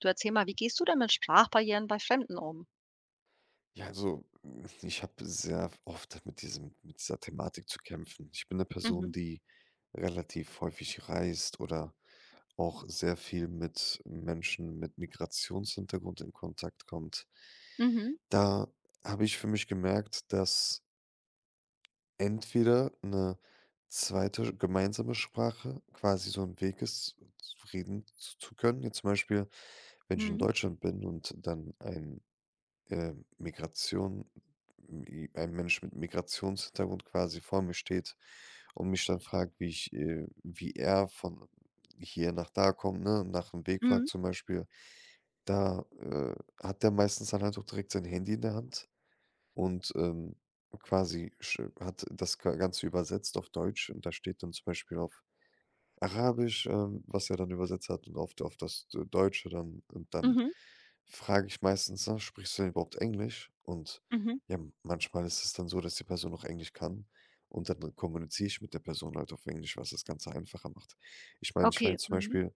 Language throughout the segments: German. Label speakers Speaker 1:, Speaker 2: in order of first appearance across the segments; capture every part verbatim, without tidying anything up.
Speaker 1: Du erzähl mal, wie gehst du denn mit Sprachbarrieren bei Fremden um?
Speaker 2: Ja, also hm, ich habe sehr oft mit diesem mit dieser Thematik zu kämpfen. Ich bin eine Person,
Speaker 1: Mhm.
Speaker 2: die relativ häufig reist oder auch sehr viel mit Menschen mit Migrationshintergrund in Kontakt kommt.
Speaker 1: Mhm.
Speaker 2: Da habe ich für mich gemerkt, dass entweder eine zweite gemeinsame Sprache quasi so ein Weg ist, reden z zu können. Jetzt zum Beispiel, wenn ich in
Speaker 1: Mhm.
Speaker 2: Deutschland bin und dann ein äh, Migration mi ein Mensch mit Migrationshintergrund quasi vor mir steht und mich dann fragt, wie ich äh, wie er von hier nach da kommt, ne, nach dem Weg fragt
Speaker 1: Mhm.
Speaker 2: zum Beispiel. Da äh, hat der meistens dann halt auch direkt sein Handy in der Hand und ähm, quasi sch hat das Ga Ganze übersetzt auf Deutsch, und da steht dann zum Beispiel auf Arabisch, ähm, was er dann übersetzt hat, und auf auf das D Deutsche dann, und dann
Speaker 1: Mhm.
Speaker 2: frage ich meistens, ne: „Sprichst du denn überhaupt Englisch?“ Und
Speaker 1: Mhm.
Speaker 2: ja, m- manchmal ist es dann so, dass die Person auch Englisch kann, und dann kommuniziere ich mit der Person halt auf Englisch, was das Ganze einfacher macht. Ich meine, ich war
Speaker 1: Okay.
Speaker 2: jetzt zum
Speaker 1: Mhm.
Speaker 2: Beispiel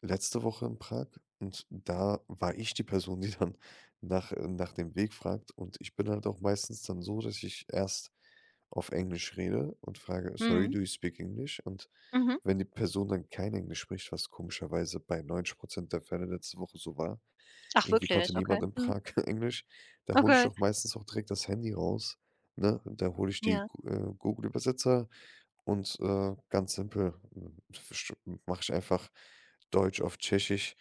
Speaker 2: letzte Woche in Prag, und da war ich die Person, die dann nach äh, nach dem Weg fragt, und ich bin halt auch meistens dann so, dass ich erst auf Englisch rede und frage: „Sorry,
Speaker 1: Mhm.
Speaker 2: do you speak English?“ Und
Speaker 1: Mhm.
Speaker 2: wenn die Person dann kein Englisch spricht, was komischerweise bei neunzig Prozent der Fälle letzte Woche so war,
Speaker 1: Ach
Speaker 2: irgendwie
Speaker 1: wirklich?
Speaker 2: konnte
Speaker 1: Okay.
Speaker 2: niemand in
Speaker 1: Mhm.
Speaker 2: Prag Englisch. Da hole ich
Speaker 1: Okay.
Speaker 2: doch meistens auch direkt das Handy raus, ne? Da hole ich die
Speaker 1: Ja.
Speaker 2: Go äh, Google Übersetzer und äh, ganz simpel, hm, mache ich einfach Deutsch auf Tschechisch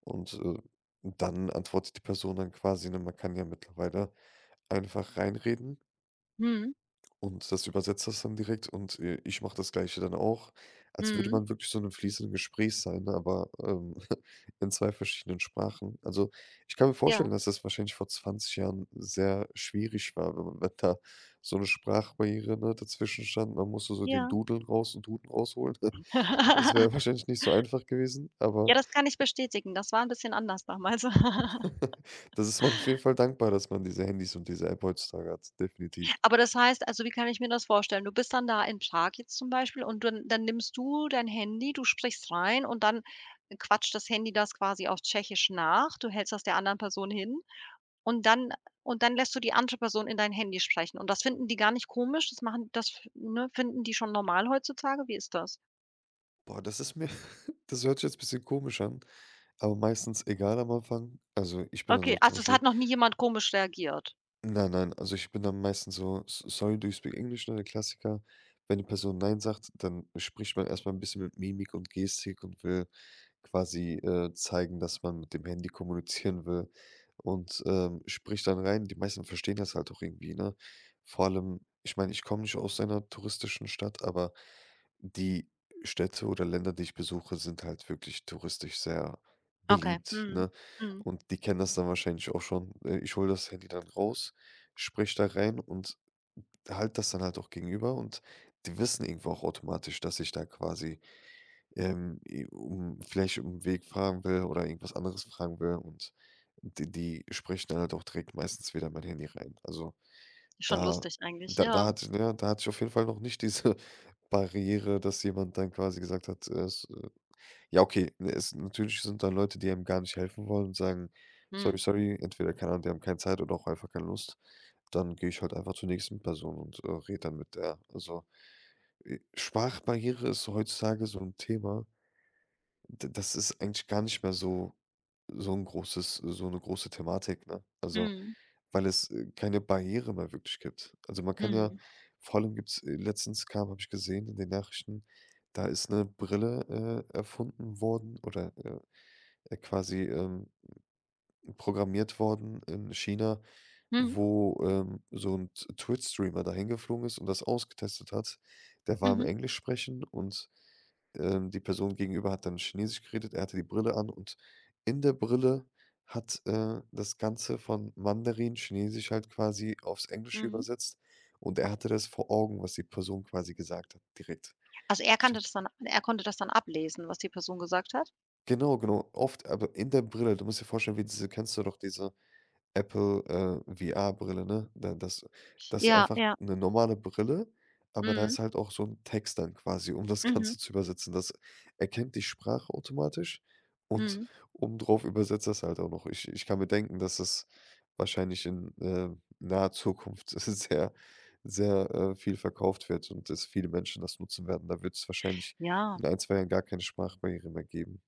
Speaker 2: und äh, dann antwortet die Person dann quasi, ne? Man kann ja mittlerweile einfach reinreden.
Speaker 1: Mhm.
Speaker 2: Und das übersetzt das dann direkt, und äh, ich mache das Gleiche dann auch, als würde
Speaker 1: Mhm.
Speaker 2: man wirklich so 'nem fließenden Gespräch sein, ne, aber ähm, in zwei verschiedenen Sprachen. Also, ich kann mir
Speaker 1: Ja.
Speaker 2: vorstellen, dass das wahrscheinlich vor zwanzig Jahren sehr schwierig war, wenn man wenn da so eine Sprachbarriere, ne, dazwischen stand. Man musste so den
Speaker 1: Ja.
Speaker 2: Dudeln raus und Duden rausholen. Es wäre wahrscheinlich nicht so einfach gewesen, aber
Speaker 1: Ja, das kann ich bestätigen. Das war ein bisschen anders damals.
Speaker 2: das ist man auf jeden Fall dankbar, dass man diese Handys und diese App heutzutage hat, definitiv.
Speaker 1: Aber das heißt also, wie kann ich mir das vorstellen? Du bist dann da in Prag jetzt zum Beispiel und dann dann nimmst du dein Handy, du sprichst rein und dann quatscht das Handy das quasi auf Tschechisch nach. Du hältst das der anderen Person hin? Und dann und dann lässt du die andere Person in dein Handy sprechen. Und das finden die gar nicht komisch. Das machen das f ne, finden die schon normal heutzutage? Wie ist das?
Speaker 2: Boah, das ist mir das hört sich jetzt ein bisschen komisch an. Aber meistens egal am Anfang. Also, ich bin dann
Speaker 1: Okay,
Speaker 2: so zum
Speaker 1: also es
Speaker 2: Beispiel.
Speaker 1: hat noch nie jemand komisch reagiert.
Speaker 2: Nein, nein, also ich bin dann meistens so: „S Sorry, do you speak English?“, ne, der Klassiker. Wenn die Person nein sagt, dann spricht man erstmal ein bisschen mit Mimik und Gestik und will quasi äh, zeigen, dass man mit dem Handy kommunizieren will, und ähm, spricht dann rein. Die meisten verstehen das halt auch irgendwie, ne? Vor allem, ich meine, ich komme nicht aus einer touristischen Stadt, aber die Städte oder Länder, die ich besuche, sind halt wirklich touristisch sehr
Speaker 1: Okay.
Speaker 2: beliebt,
Speaker 1: Mhm.
Speaker 2: ne?
Speaker 1: Mhm.
Speaker 2: Und die kennen das dann wahrscheinlich auch schon. Äh, ich hole das Handy dann raus, sprich da rein und halt das dann halt auch gegenüber, und die wissen irgendwo auch automatisch, dass ich da quasi ähm, i um vielleicht um Weg fragen will oder irgendwas anderes fragen will, und die die sprechen dann halt auch direkt meistens wieder in mein Handy rein. Also,
Speaker 1: Schon
Speaker 2: da
Speaker 1: lustig eigentlich,
Speaker 2: da da
Speaker 1: ja.
Speaker 2: hatte ich ne, da hatte ich auf jeden Fall noch nicht diese Barriere, dass jemand dann quasi gesagt hat äh, ja, okay, ne. Es natürlich sind da Leute, die einem gar nicht helfen wollen und sagen: „Sorry,
Speaker 1: Mhm.
Speaker 2: sorry“, entweder, keine Ahnung, die haben keine Zeit oder auch einfach keine Lust. Dann gehe ich halt einfach zur nächsten Person und äh, rede dann mit der. Also äh, Sprachbarriere ist heutzutage so ein Thema. D das ist eigentlich gar nicht mehr so so ein großes so eine große Thematik, ne? Also,
Speaker 1: Mhm.
Speaker 2: weil es äh, keine Barriere mehr wirklich gibt. Also, man kann ja
Speaker 1: Mhm.
Speaker 2: vor allem gibt's äh, letztens kam habe ich gesehen in den Nachrichten: da ist eine Brille äh, erfunden worden oder äh, äh, quasi ähm, programmiert worden in China,
Speaker 1: Mhm.
Speaker 2: wo ähm, so ein T Twitch-Streamer dahin geflogen ist und das ausgetestet hat. Der war im
Speaker 1: Mhm.
Speaker 2: Englisch sprechen, und ähm, die Person gegenüber hat dann Chinesisch geredet. Er hatte die Brille an, und in der Brille hat äh, das Ganze von Mandarin, Chinesisch halt quasi aufs Englische
Speaker 1: Mhm.
Speaker 2: übersetzt, und er hatte das vor Augen, was die Person quasi gesagt hat, direkt.
Speaker 1: Also er
Speaker 2: St
Speaker 1: kannte das dann er konnte das dann ablesen, was die Person gesagt hat?
Speaker 2: Genau, genau, oft, aber in der Brille. Du musst dir vorstellen, wie diese, kennst du doch diese Apple äh, V R-Brille, ne? Da das das ist
Speaker 1: Ja,
Speaker 2: einfach
Speaker 1: ja.
Speaker 2: eine normale Brille, aber da
Speaker 1: Mhm.
Speaker 2: ist halt auch so ein Text dann quasi, um das
Speaker 1: Mhm.
Speaker 2: Ganze zu übersetzen. Das erkennt die Sprache automatisch, und
Speaker 1: Mhm.
Speaker 2: obendrauf übersetzt das halt auch noch. Ich ich kann mir denken, dass das wahrscheinlich in äh, naher Zukunft sehr, sehr äh, viel verkauft wird und dass viele Menschen das nutzen werden. Da wird es wahrscheinlich
Speaker 1: Ja.
Speaker 2: in ein zwei Jahren gar keine Sprachbarriere mehr geben.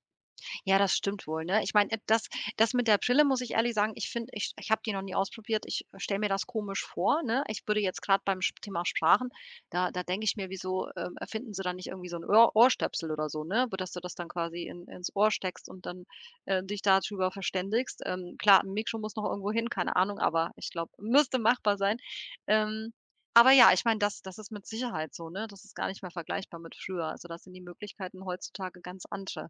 Speaker 1: Ja, das stimmt wohl, ne? Ich meine, äh, das das mit der Brille muss ich ehrlich sagen, ich finde ich ich habe die noch nie ausprobiert. Ich stelle mir das komisch vor, ne? Ich würde jetzt gerade beim Sp Thema Sprachen, da da denke ich mir: „Wieso, ähm, erfinden sie da nicht irgendwie so ein Ohr Ohrstöpsel oder so, ne, wo dass du das dann quasi in ins Ohr steckst und dann, äh, dich darüber verständigst?“ Ähm, klar, 'n Mikro muss noch irgendwo hin, keine Ahnung, aber ich glaube, müsste machbar sein. Ähm, aber ja, ich meine, das das ist mit Sicherheit so, ne? Das ist gar nicht mehr vergleichbar mit früher. Also, das sind die Möglichkeiten heutzutage ganz andere.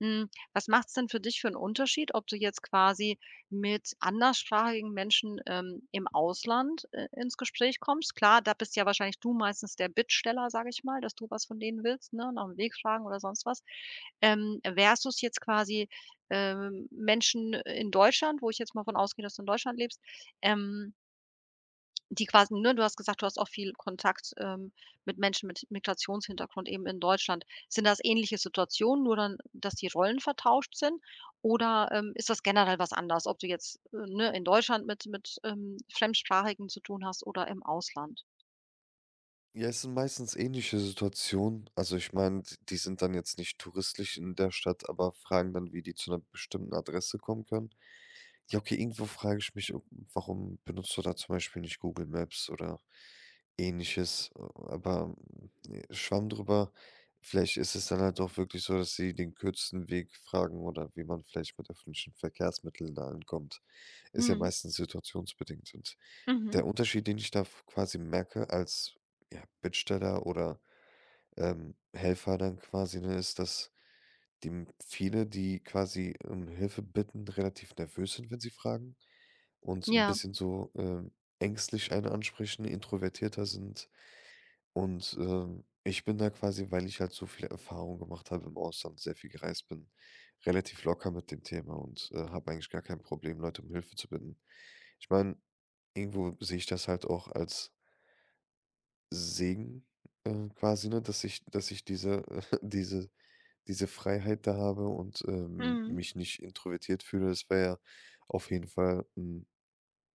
Speaker 1: Hm Was macht es denn für dich für einen Unterschied, ob du jetzt quasi mit anderssprachigen Menschen, ähm, im Ausland, äh, ins Gespräch kommst? Klar, da bist ja wahrscheinlich du meistens der Bittsteller, sage ich mal, dass du was von denen willst, ne, nach dem Weg fragen oder sonst was. Ähm, versus jetzt quasi, ähm, Menschen in Deutschland, wo ich jetzt mal von ausgehe, dass du in Deutschland lebst, ähm die quasi ne, du hast gesagt, du hast auch viel Kontakt, ähm, mit Menschen mit Migrationshintergrund eben in Deutschland. Sind das ähnliche Situationen, nur dann, dass die Rollen vertauscht sind? Oder, ähm, ist das generell was anders, ob du jetzt, äh, ne, in Deutschland mit mit, ähm, Fremdsprachigen zu tun hast oder im Ausland?
Speaker 2: Ja, es sind meistens ähnliche Situationen. Also, ich meine, d die sind dann jetzt nicht touristisch in der Stadt, aber fragen dann, wie die zu einer bestimmten Adresse kommen können. Ja, okay, irgendwo frage ich mich äh, warum benutzt du da zum Beispiel nicht Google Maps oder Ähnliches äh, aber, ne, Schwamm drüber. Vielleicht ist es dann halt auch wirklich so, dass sie den kürzesten Weg fragen oder wie man vielleicht mit öffentlichen Verkehrsmitteln da ankommt. Ist ja
Speaker 1: Mhm,
Speaker 2: meistens situationsbedingt. Und
Speaker 1: mhm.
Speaker 2: der Unterschied, den ich da f quasi merke als, ja, Bittsteller oder ähm, Helfer dann quasi, ne, ist, dass die viele, die quasi um Hilfe bitten, relativ nervös sind, wenn sie fragen, und so ein
Speaker 1: Ja.
Speaker 2: bisschen so ähm, ängstlich einen ansprechen, introvertierter sind. Und ähm, ich bin da quasi, weil ich halt so viele Erfahrungen gemacht habe im Ausland, sehr viel gereist bin, relativ locker mit dem Thema und äh, habe eigentlich gar kein Problem, Leute um Hilfe zu bitten. Ich meine, irgendwo sehe ich das halt auch als Segen äh, quasi, ne, dass ich dass ich diese diese diese Freiheit da habe, und ähm,
Speaker 1: Mhm,
Speaker 2: mich nicht introvertiert fühle. Das wäre ja auf jeden Fall 'n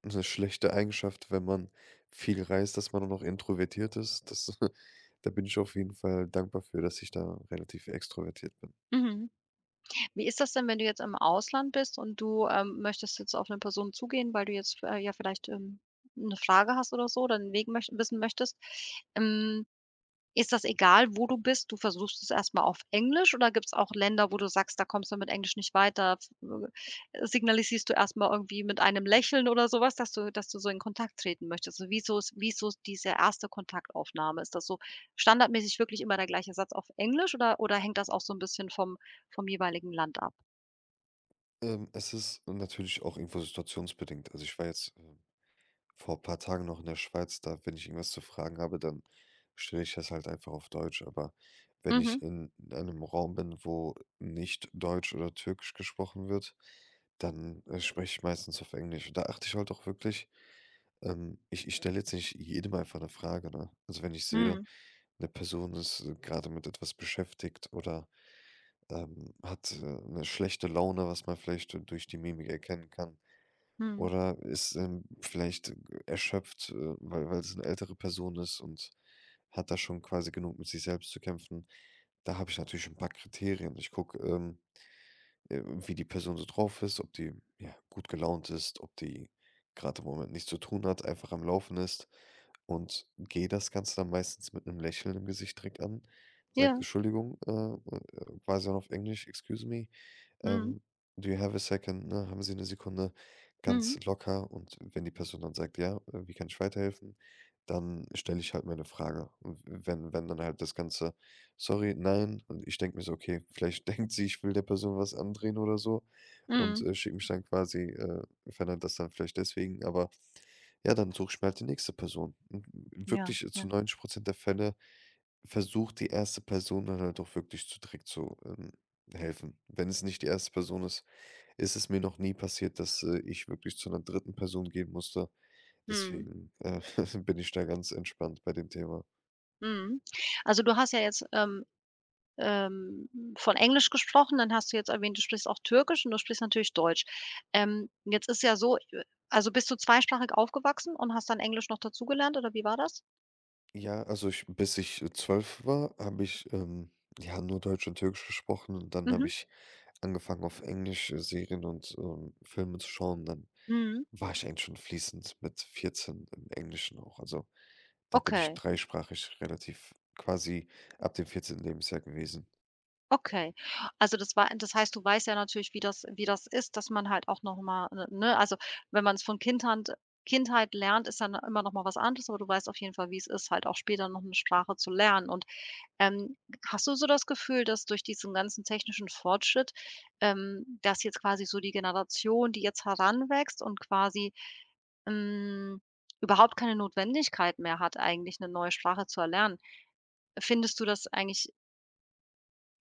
Speaker 2: 'ne schlechte Eigenschaft, wenn man viel reist, dass man dann auch introvertiert ist. Das da bin ich auf jeden Fall dankbar für, dass ich da relativ extrovertiert bin.
Speaker 1: mhm. Wie ist das denn, wenn du jetzt im Ausland bist und du, ähm, möchtest jetzt auf eine Person zugehen, weil du jetzt, äh, ja vielleicht, ähm, 'ne Frage hast oder so oder 'n Weg möcht wissen möchtest? Hm, Ist das egal, wo du bist? Du versuchst es erst mal auf Englisch oder gibt es auch Länder, wo du sagst, da kommst du mit Englisch nicht weiter? F äh, Signalisierst du erst mal irgendwie mit einem Lächeln oder sowas, dass du dass du so in Kontakt treten möchtest? Also wie so ist wie ist so ist diese erste Kontaktaufnahme? Ist das so standardmäßig wirklich immer der gleiche Satz auf Englisch oder oder hängt das auch so ein bisschen vom vom jeweiligen Land ab?
Speaker 2: Ähm, es ist natürlich auch irgendwo situationsbedingt. Also, ich war jetzt ähm vor ein paar Tagen noch in der Schweiz. Da, wenn ich irgendwas zu fragen habe, dann stelle ich das halt einfach auf Deutsch. Aber wenn
Speaker 1: Mhm.
Speaker 2: ich in einem Raum bin, wo nicht Deutsch oder Türkisch gesprochen wird, dann äh, spreche ich meistens auf Englisch. Und da achte ich halt auch wirklich, ähm, ich ich stelle jetzt nicht jedem einfach eine Frage, ne? Also, wenn ich sehe,
Speaker 1: Mhm.
Speaker 2: eine Person ist äh, gerade mit etwas beschäftigt oder ähm, hat äh, 'ne schlechte Laune, was man vielleicht äh, durch die Mimik erkennen kann.
Speaker 1: Mhm.
Speaker 2: Oder ist ähm, vielleicht erschöpft äh, weil weil es eine ältere Person ist und hat da schon quasi genug mit sich selbst zu kämpfen. Da habe ich natürlich ein paar Kriterien. Ich gucke ähm äh, wie die Person so drauf ist, ob die, ja, gut gelaunt ist, ob die gerade im Moment nichts zu tun hat, einfach am Laufen ist, und gehe das Ganze dann meistens mit einem Lächeln im Gesicht direkt an, sagt
Speaker 1: Ja.
Speaker 2: „Entschuldigung“ äh, äh, quasi dann auf Englisch: „Excuse me,
Speaker 1: Mhm.
Speaker 2: ähm, do you have a second?“, ne? „Haben Sie eine Sekunde?“ Ganz
Speaker 1: Mhm.
Speaker 2: locker. Und wenn die Person dann sagt: „Ja, äh, wie kann ich weiterhelfen?“, dann stelle ich halt meine Frage. Und wenn wenn dann halt das Ganze: „Sorry, nein.“ Und ich denke mir so: „Okay, vielleicht denkt sie, ich will der Person was andrehen oder so“, und
Speaker 1: Mhm.
Speaker 2: äh, schickt mich dann quasi äh, verändert das dann vielleicht deswegen, aber ja, dann suche ich mir halt die nächste Person. Und
Speaker 1: Ja,
Speaker 2: wirklich äh,
Speaker 1: ja.
Speaker 2: zu neunzig der Fälle versucht die erste Person dann halt auch wirklich zu direkt zu ähm, helfen. Wenn es nicht die erste Person ist, ist es mir noch nie passiert, dass äh, ich wirklich zu einer dritten Person gehen musste.
Speaker 1: Mhm.
Speaker 2: Deswegen äh, bin ich da ganz entspannt bei dem Thema.
Speaker 1: Mhm. Also, du hast ja jetzt, ähm ähm, von Englisch gesprochen, dann hast du jetzt erwähnt, du sprichst auch Türkisch und du sprichst natürlich Deutsch. Ähm, jetzt ist ja so, äh, also bist du zweisprachig aufgewachsen und hast dann Englisch noch dazugelernt oder wie war das?
Speaker 2: Ja, also ich bis ich äh, zwölf war, habe ich ähm, ja, nur Deutsch und Türkisch gesprochen, und dann habe
Speaker 1: Mhm,
Speaker 2: ich angefangen, auf Englisch äh, Serien und ähm, Filme zu schauen. Dann
Speaker 1: mhm.
Speaker 2: war ich eigentlich schon fließend mit vierzehn im Englischen auch. Also, da bin ich
Speaker 1: Okay,
Speaker 2: dreisprachig relativ quasi ab dem vierzehnten. Lebensjahr gewesen.
Speaker 1: okay. Also das war das heißt, du weißt ja natürlich, wie das wie das ist, dass man halt auch noch mal, ne ne, also wenn man es von Kindheit Kindheit lernt, ist dann immer noch mal was anderes, aber du weißt auf jeden Fall, wie es ist, halt auch später noch eine Sprache zu lernen und Ähm, hast du so das Gefühl, dass durch diesen ganzen technischen Fortschritt, ähm, dass jetzt quasi so die Generation, die jetzt heranwächst und quasi, hm, überhaupt keine Notwendigkeit mehr hat, eigentlich eine neue Sprache zu erlernen. Findest du das eigentlich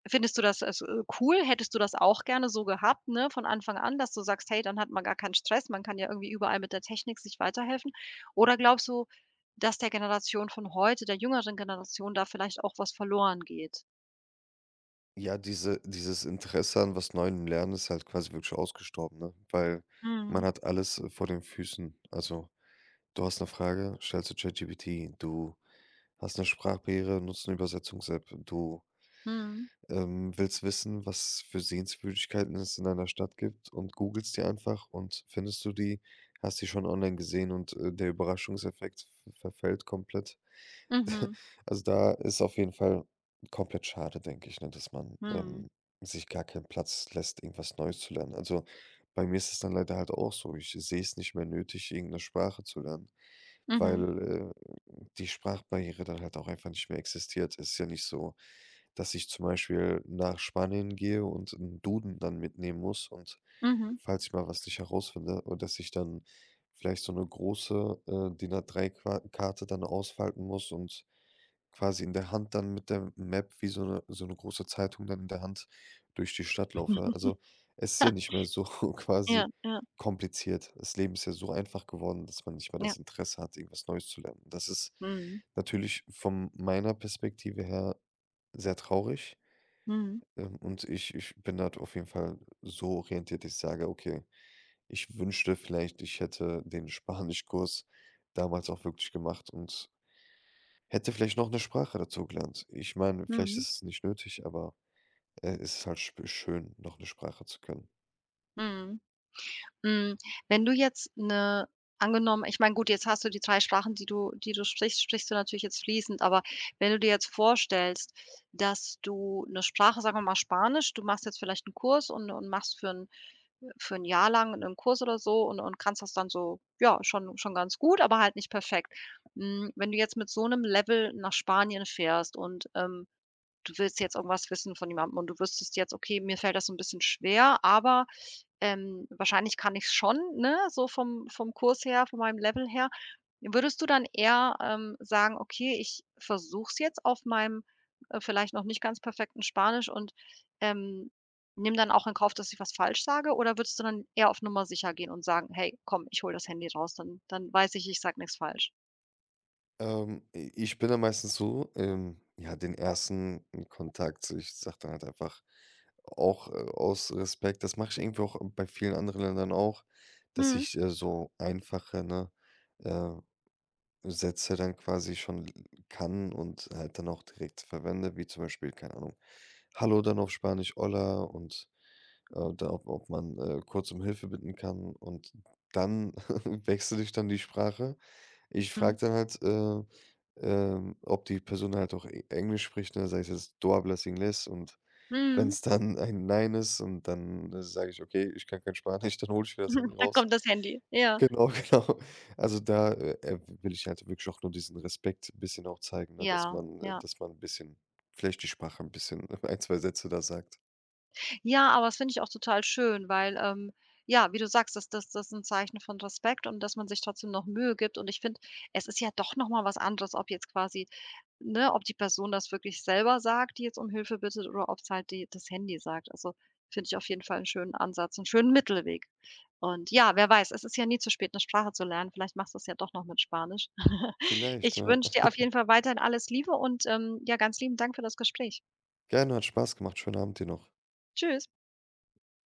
Speaker 1: findest du das als, äh, cool? Hättest du das auch gerne so gehabt, ne, von Anfang an, dass du sagst: „Hey, dann hat man gar keinen Stress, man kann ja irgendwie überall mit der Technik sich weiterhelfen.“ Oder glaubst du, dass der Generation von heute, der jüngeren Generation, da vielleicht auch was verloren geht?
Speaker 2: Ja, diese dieses Interesse an was Neuem lernen ist halt quasi wirklich ausgestorben, ne? Weil man
Speaker 1: Mhm.
Speaker 2: hat alles äh, vor den Füßen. Also, du hast eine Frage, stellst du ChatGPT. Du hast eine Sprachbarriere, nutzt 'ne Übersetzungs-App. Du
Speaker 1: Mhm.
Speaker 2: ähm, willst wissen, was für Sehenswürdigkeiten es in deiner Stadt gibt, und googelst die einfach und findest du die, hast die schon online gesehen, und äh, der Überraschungseffekt v verfällt komplett.
Speaker 1: Mhm.
Speaker 2: Also, da ist auf jeden Fall komplett schade, denke ich, ne, dass man
Speaker 1: Mhm.
Speaker 2: ähm, sich gar keinen Platz lässt, irgendwas Neues zu lernen. Also, bei mir ist es dann leider halt auch so. Ich sehe es nicht mehr nötig, irgendeine Sprache zu lernen,
Speaker 1: Mhm.
Speaker 2: weil äh, die Sprachbarriere dann halt auch einfach nicht mehr existiert. Es ist ja nicht so, dass ich zum Beispiel nach Spanien gehe und 'n Duden dann mitnehmen muss und
Speaker 1: Mhm.
Speaker 2: falls ich mal was nicht herausfinde und dass ich dann vielleicht so eine große äh, D I N A drei Qua Karte dann ausfalten muss und quasi in der Hand dann mit der Map wie so eine so eine große Zeitung dann in der Hand durch die Stadt laufe. Also, es ist
Speaker 1: Ha,
Speaker 2: ja nicht mehr so quasi
Speaker 1: ja, ja,
Speaker 2: kompliziert. Das Leben ist ja so einfach geworden, dass man nicht mehr
Speaker 1: ja.
Speaker 2: das Interesse hat, irgendwas Neues zu lernen. Das ist
Speaker 1: Mhm.
Speaker 2: natürlich von meiner Perspektive her sehr traurig.
Speaker 1: Mhm.
Speaker 2: Ähm, und ich ich bin halt auf jeden Fall so orientiert, ich sage: „Okay, ich wünschte vielleicht, ich hätte den Spanischkurs damals auch wirklich gemacht und hätte vielleicht noch eine Sprache dazu gelernt.“ Ich meine, vielleicht
Speaker 1: Mhm.
Speaker 2: ist es nicht nötig, aber äh, es ist halt sp schön, noch eine Sprache zu können.
Speaker 1: Mhm. Hm, Wenn du jetzt 'ne angenommen ich meine, gut, jetzt hast du die drei Sprachen, die du die du sprichst, sprichst du natürlich jetzt fließend, aber wenn du dir jetzt vorstellst, dass du 'ne Sprache, sagen wir mal Spanisch du machst jetzt vielleicht 'n Kurs und und machst für 'n für ein Jahr lang in einem Kurs oder so und und kannst das dann so, ja, schon schon ganz gut, aber halt nicht perfekt. Hm, wenn du jetzt mit so einem Level nach Spanien fährst und, ähm, du willst jetzt irgendwas wissen von jemandem und du wüsstest jetzt: „Okay, mir fällt das so 'n bisschen schwer, aber, ähm, wahrscheinlich kann ich es schon“, ne, so vom vom Kurs her, von meinem Level her. Würdest du dann eher, ähm, sagen: „Okay, ich versuche es jetzt auf meinem, äh, vielleicht noch nicht ganz perfekten Spanisch und, ähm, nehme dann auch in Kauf, dass ich was falsch sage“, oder würdest du dann eher auf Nummer sicher gehen und sagen: „Hey, komm, ich hole das Handy raus, dann dann weiß ich, ich sage nichts falsch.“
Speaker 2: Ähm, i ich bin dann meistens so ähm, ja, den ersten Kontakt, so ich sage dann halt einfach auch äh, aus Respekt, das mache ich irgendwie auch bei vielen anderen Ländern auch, dass
Speaker 1: Mhm.
Speaker 2: ich äh, so einfache, ne, äh Sätze dann quasi schon kann und halt dann auch direkt verwende, wie zum Beispiel, keine Ahnung, „Hallo“ dann auf Spanisch „Hola“, und äh, da, ob ob man äh, kurz um Hilfe bitten kann, und dann wechsle ich dann die Sprache. Ich
Speaker 1: Mhm.
Speaker 2: frage dann halt äh, ähm, ob die Person halt auch E Englisch spricht, ne, sei es jetzt: „¿Tú hablas inglés?“, und wenn
Speaker 1: Mhm.
Speaker 2: es dann ein Nein ist, und dann äh, sage ich: „Okay, ich kann kein Spanisch“, dann hole ich wieder das Handy
Speaker 1: Dann
Speaker 2: raus.
Speaker 1: kommt das Handy. Ja.
Speaker 2: Genau, genau. Also, da äh, äh, will ich halt wirklich auch nur diesen Respekt ein bisschen auch zeigen, ne, dass
Speaker 1: Ja,
Speaker 2: man äh,
Speaker 1: ja.
Speaker 2: dass man 'n bisschen vielleicht die Sprache ein bisschen ein zwei Sätze da sagt.
Speaker 1: Ja, aber das finde ich auch total schön, weil, ähm, ja, wie du sagst, das das das ist ein Zeichen von Respekt und dass man sich trotzdem noch Mühe gibt. Und ich finde, es ist ja doch noch mal was anderes, ob jetzt quasi ne, ob die Person das wirklich selber sagt, die jetzt um Hilfe bittet, oder ob es halt die das Handy sagt. Also, finde ich auf jeden Fall einen schönen Ansatz, einen schönen Mittelweg. Und ja, wer weiß, es ist ja nie zu spät, eine Sprache zu lernen. Vielleicht machst du es ja doch noch mit Spanisch.
Speaker 2: Vielleicht,
Speaker 1: Ich
Speaker 2: ja.
Speaker 1: wünsche dir auf jeden Fall weiterhin alles Liebe und, ähm, ja, ganz lieben Dank für das Gespräch.
Speaker 2: Gerne, hat Spaß gemacht. Schönen Abend dir noch.
Speaker 1: Tschüss.